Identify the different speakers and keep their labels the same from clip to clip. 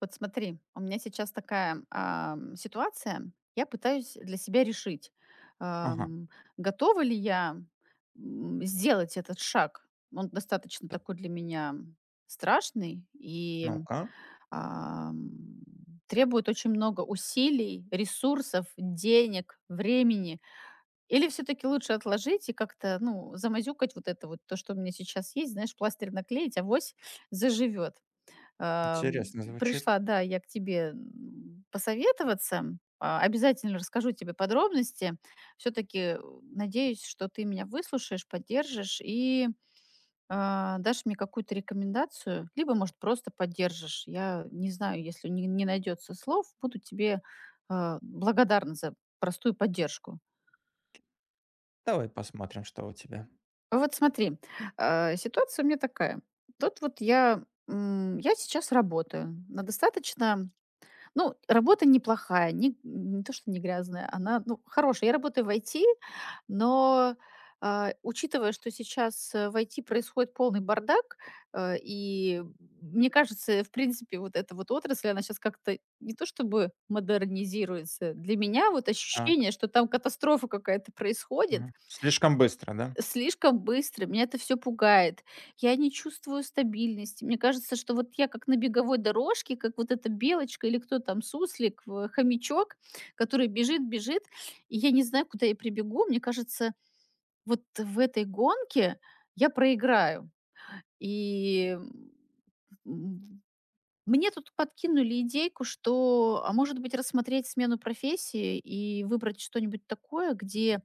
Speaker 1: Вот смотри, у меня сейчас такая, ситуация. Я пытаюсь для себя решить,
Speaker 2: Ага,
Speaker 1: ам, готова ли я, сделать этот шаг. Он достаточно такой для меня страшный и,
Speaker 2: ну-ка,
Speaker 1: ам, требует очень много усилий, ресурсов, денег, времени. Или все таки лучше отложить и как-то, ну, замазюкать вот это вот, то, что у меня сейчас есть, знаешь, пластырь наклеить, авось заживет. Ам,
Speaker 2: интересно звучит.
Speaker 1: Пришла, да, я к тебе, посоветоваться. Обязательно расскажу тебе подробности. Все таки надеюсь, что ты меня выслушаешь, поддержишь и, дашь мне какую-то рекомендацию, либо, может, просто поддержишь. Я не знаю, если не найдётся слов, буду тебе, благодарна за простую поддержку.
Speaker 2: Давай посмотрим, что у тебя.
Speaker 1: Вот смотри, ситуация у меня такая. Тут вот я сейчас работаю на достаточно... Ну, работа неплохая, не то, что не грязная, она, ну, хорошая. Я работаю в IT, но, учитывая, что сейчас, в IT происходит полный бардак, и мне кажется, в принципе, вот эта вот отрасль, она сейчас как-то не то чтобы модернизируется. Для меня вот
Speaker 2: Так,
Speaker 1: ощущение, что там катастрофа какая-то происходит,
Speaker 2: мгм. Слишком быстро, да?
Speaker 1: слишком быстро, меня это все пугает. Я не чувствую стабильности. Мне кажется, что вот я как на беговой дорожке, как вот эта белочка или кто там, суслик, в хомячок, который бежит, бежит, и я не знаю, куда я прибегу. Мне кажется, вот в этой гонке я проиграю. И, м, мне тут подкинули идейку, что, а может быть, рассмотреть смену профессии и выбрать что-нибудь такое, где,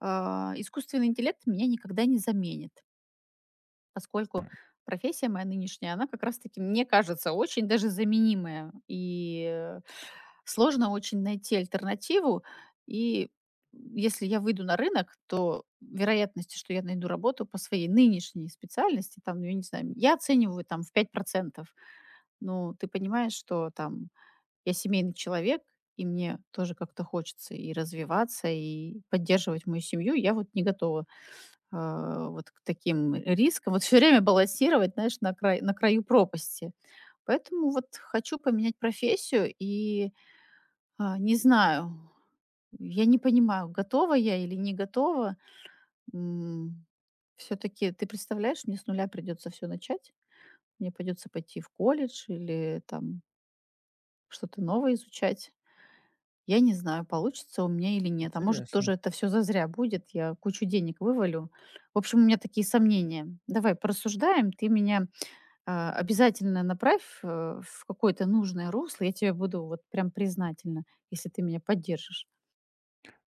Speaker 1: искусственный интеллект меня никогда не заменит, поскольку профессия моя нынешняя, она как раз-таки, мне кажется, очень даже заменимая. И э, сложно очень найти альтернативу. И если я выйду на рынок, то вероятности, что я найду работу по своей нынешней специальности, там, ну, я не знаю, я оцениваю там в 5%. Ну, ты понимаешь, что там я семейный человек, и мне тоже как-то хочется и развиваться, и поддерживать мою семью, я вот не готова вот к таким рискам. Вот все время балансировать, знаешь, на край на краю пропасти. Поэтому вот хочу поменять профессию и, не знаю, я не понимаю, готова я или не готова. Все таки ты представляешь, мне с нуля придется все начать. Мне придется пойти в колледж или там что-то новое изучать. Я не знаю, получится у меня или нет. А может,
Speaker 2: Интересно.
Speaker 1: тоже это все зазря будет, я кучу денег вывалю. В общем, у меня такие сомнения. Давай порассуждаем, ты меня обязательно направь в какое-то нужное русло, я тебе буду вот прям признательна, если ты меня поддержишь.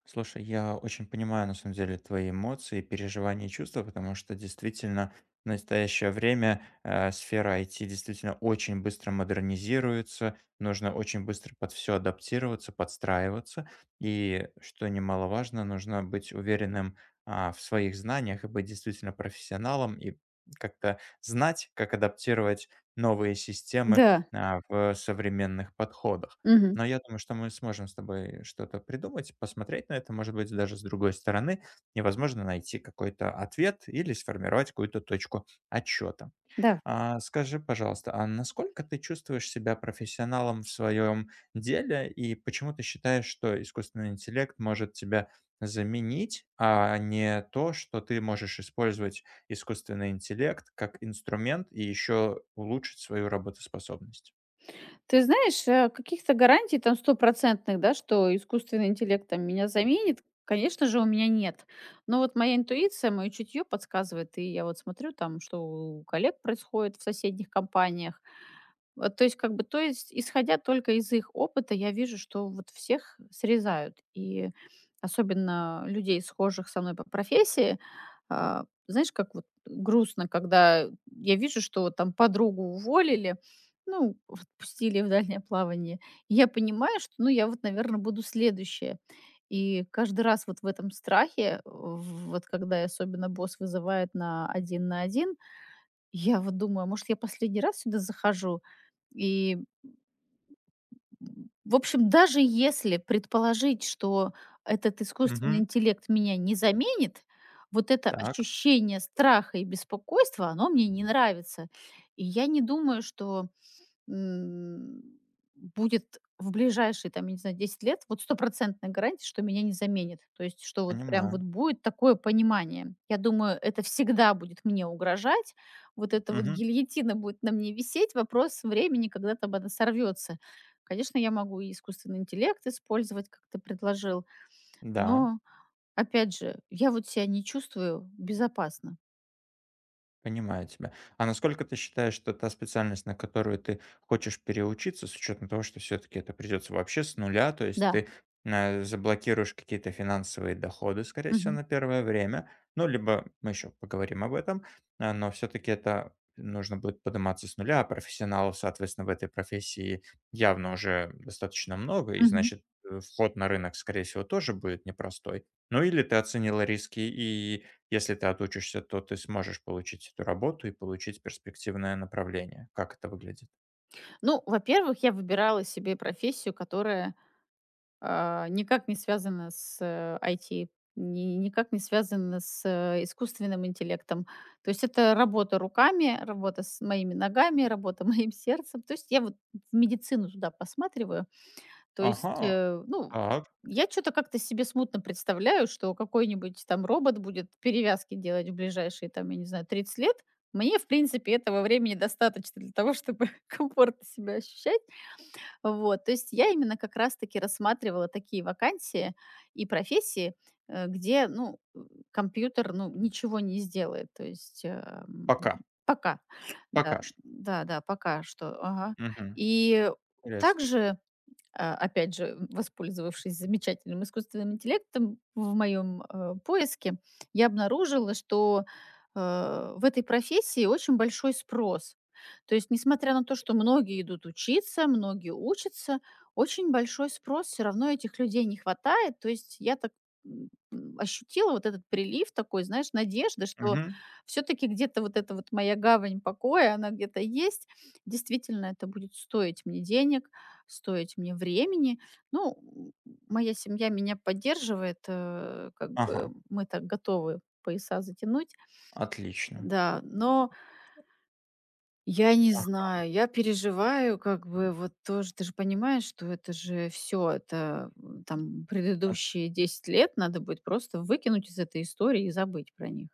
Speaker 2: Слушай, я очень понимаю, на самом деле, твои эмоции, переживания и чувства, потому что действительно в настоящее время сфера IT действительно очень быстро модернизируется, нужно очень быстро под все адаптироваться, подстраиваться, и, что немаловажно, нужно быть уверенным в своих знаниях и быть действительно профессионалом, и как-то знать, как адаптировать новые системы
Speaker 1: Да,
Speaker 2: в современных подходах.
Speaker 1: мгм,
Speaker 2: Но я думаю, что мы сможем с тобой что-то придумать, посмотреть на это, может быть, даже с другой стороны, и, возможно, найти какой-то ответ или сформировать какую-то точку отчета.
Speaker 1: да.
Speaker 2: А, скажи, пожалуйста, а насколько ты чувствуешь себя профессионалом в своем деле и почему ты считаешь, что искусственный интеллект может тебя заменить, а не то, что ты можешь использовать искусственный интеллект как инструмент и еще улучшить свою работоспособность?
Speaker 1: Ты знаешь, каких-то гарантий там стопроцентных, да, что искусственный интеллект там меня заменит, конечно же, у меня нет. Но вот моя интуиция, мое чутье подсказывает, и я вот смотрю там, что у коллег происходит в соседних компаниях, то есть, исходя только из их опыта, я вижу, что вот всех срезают. И особенно людей, схожих со мной по профессии. Знаешь, как вот грустно, когда я вижу, что вот там подругу уволили, ну, отпустили в дальнее плавание. И я понимаю, что, ну, я вот, наверное, буду следующая. И каждый раз вот в этом страхе, в вот когда и особенно босс вызывает на один, я вот думаю: "А может, я последний раз сюда захожу?" И в общем, даже если предположить, что этот искусственный
Speaker 2: Мгм.
Speaker 1: интеллект меня не заменит, вот это
Speaker 2: Так,
Speaker 1: ощущение страха и беспокойства, оно мне не нравится. И я не думаю, что м, будет в ближайшие, там, я не знаю, 10 лет, вот стопроцентная гарантия, что меня не заменит. То есть, что вот прям вот
Speaker 2: понимаю.
Speaker 1: будет такое понимание. Я думаю, это всегда будет мне угрожать. Вот эта вот
Speaker 2: Мгм.
Speaker 1: гильотина будет на мне висеть. Вопрос времени, когда там она сорвется. Конечно, я могу и искусственный интеллект использовать, как ты предложил,
Speaker 2: Да,
Speaker 1: но, опять же, я вот себя не чувствую безопасно.
Speaker 2: понимаю тебя. А насколько ты считаешь, что та специальность, на которую ты хочешь переучиться, с учетом того, что все-таки это придется вообще с нуля, то есть
Speaker 1: Да.
Speaker 2: ты заблокируешь какие-то финансовые доходы, скорее всего,
Speaker 1: Мгм.
Speaker 2: на первое время, ну, либо мы еще поговорим об этом, но все-таки это нужно будет подниматься с нуля, а профессионалов, соответственно, в этой профессии явно уже достаточно много, и,
Speaker 1: Мгм.
Speaker 2: значит, вход на рынок, скорее всего, тоже будет непростой. Ну, или ты оценила риски и если ты отучишься, то ты сможешь получить эту работу и получить перспективное направление. Как это выглядит?
Speaker 1: Ну, во-первых, я выбирала себе профессию, которая... Никак не связано с, IT, ни никак не связано с, искусственным интеллектом. То есть это работа руками, работа с моими ногами, работа моим сердцем. То есть я вот в медицину туда посматриваю. То
Speaker 2: Ага.
Speaker 1: есть, ну,
Speaker 2: Так.
Speaker 1: я что то как-то себе смутно представляю, что какой-нибудь там робот будет перевязки делать в ближайшие, там, я не знаю, 30 лет. Мне, в принципе, этого времени достаточно для того, чтобы комфортно себя ощущать. Вот, то есть я именно как раз-таки рассматривала такие вакансии и профессии, где, ну, компьютер, ну, ничего не сделает. То есть,
Speaker 2: Пока.
Speaker 1: пока. Да,
Speaker 2: Пока что.
Speaker 1: да-да, пока что. Ага.
Speaker 2: Мгм.
Speaker 1: И
Speaker 2: Интересно.
Speaker 1: также, опять же, воспользовавшись замечательным искусственным интеллектом в моем поиске, я обнаружила, что э, в этой профессии очень большой спрос. То есть, несмотря на то, что многие идут учиться, многие учатся, очень большой спрос, все равно этих людей не хватает. То есть, я так ощутила вот этот прилив такой, знаешь, надежды, что
Speaker 2: Мгм.
Speaker 1: все-таки где-то вот эта вот моя гавань покоя, она где-то есть. Действительно, это будет стоить мне денег, стоить мне времени. Ну, моя семья меня поддерживает, как
Speaker 2: Ага.
Speaker 1: бы мы так готовы пояса затянуть,
Speaker 2: Отлично.
Speaker 1: да, но я не
Speaker 2: Ага.
Speaker 1: знаю, я переживаю, как бы вот тоже, ты же понимаешь, что это же все, это там предыдущие 10 лет надо будет просто выкинуть из этой истории и забыть про них.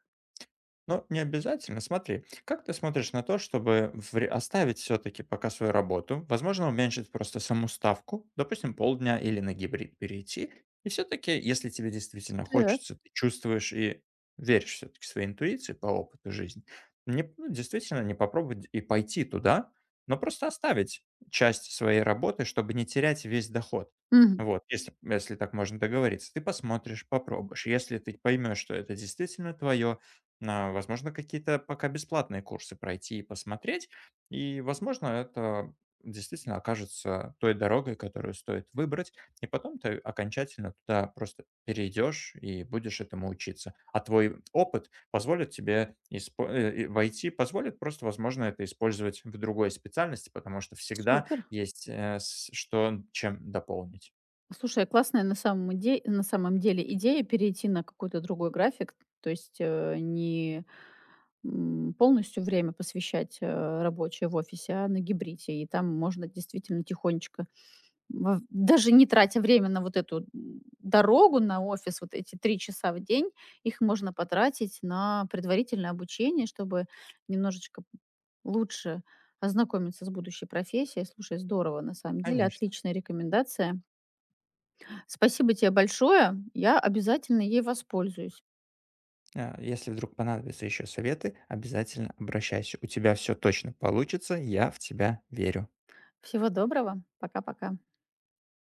Speaker 2: Но не обязательно. Смотри, как ты смотришь на то, чтобы оставить все-таки пока свою работу, возможно, уменьшить просто саму ставку, допустим, полдня или на гибрид перейти. И все-таки, если тебе действительно
Speaker 1: Так.
Speaker 2: хочется, ты чувствуешь и веришь все-таки своей интуиции по опыту жизни, не, ну, действительно не попробовать и пойти туда, но просто оставить часть своей работы, чтобы не терять весь доход.
Speaker 1: Мгм.
Speaker 2: Вот, если, если так можно договориться, ты посмотришь, попробуешь. Если ты поймешь, что это действительно твое, а, возможно, какие-то пока бесплатные курсы пройти и посмотреть. И, возможно, это действительно окажется той дорогой, которую стоит выбрать, и потом ты окончательно туда просто перейдешь и будешь этому учиться. А твой опыт позволит тебе войти, позволит просто, возможно, это использовать в другой специальности, потому что всегда
Speaker 1: Супер.
Speaker 2: есть что чем дополнить.
Speaker 1: Слушай, классная на самом, на самом деле идея перейти на какой-то другой график, то есть не полностью время посвящать, рабочее в офисе, а на гибриде. И там можно действительно тихонечко, во даже не тратя время на вот эту, дорогу на офис, вот эти 3 часа в день, их можно потратить на предварительное обучение, чтобы немножечко лучше ознакомиться с будущей профессией. Слушай, здорово, на самом деле,
Speaker 2: Конечно.
Speaker 1: отличная рекомендация. Спасибо тебе большое, я обязательно ей воспользуюсь.
Speaker 2: А, если вдруг понадобятся еще советы, обязательно обращайся. У тебя все точно получится, я в тебя верю.
Speaker 1: Всего доброго, пока-пока.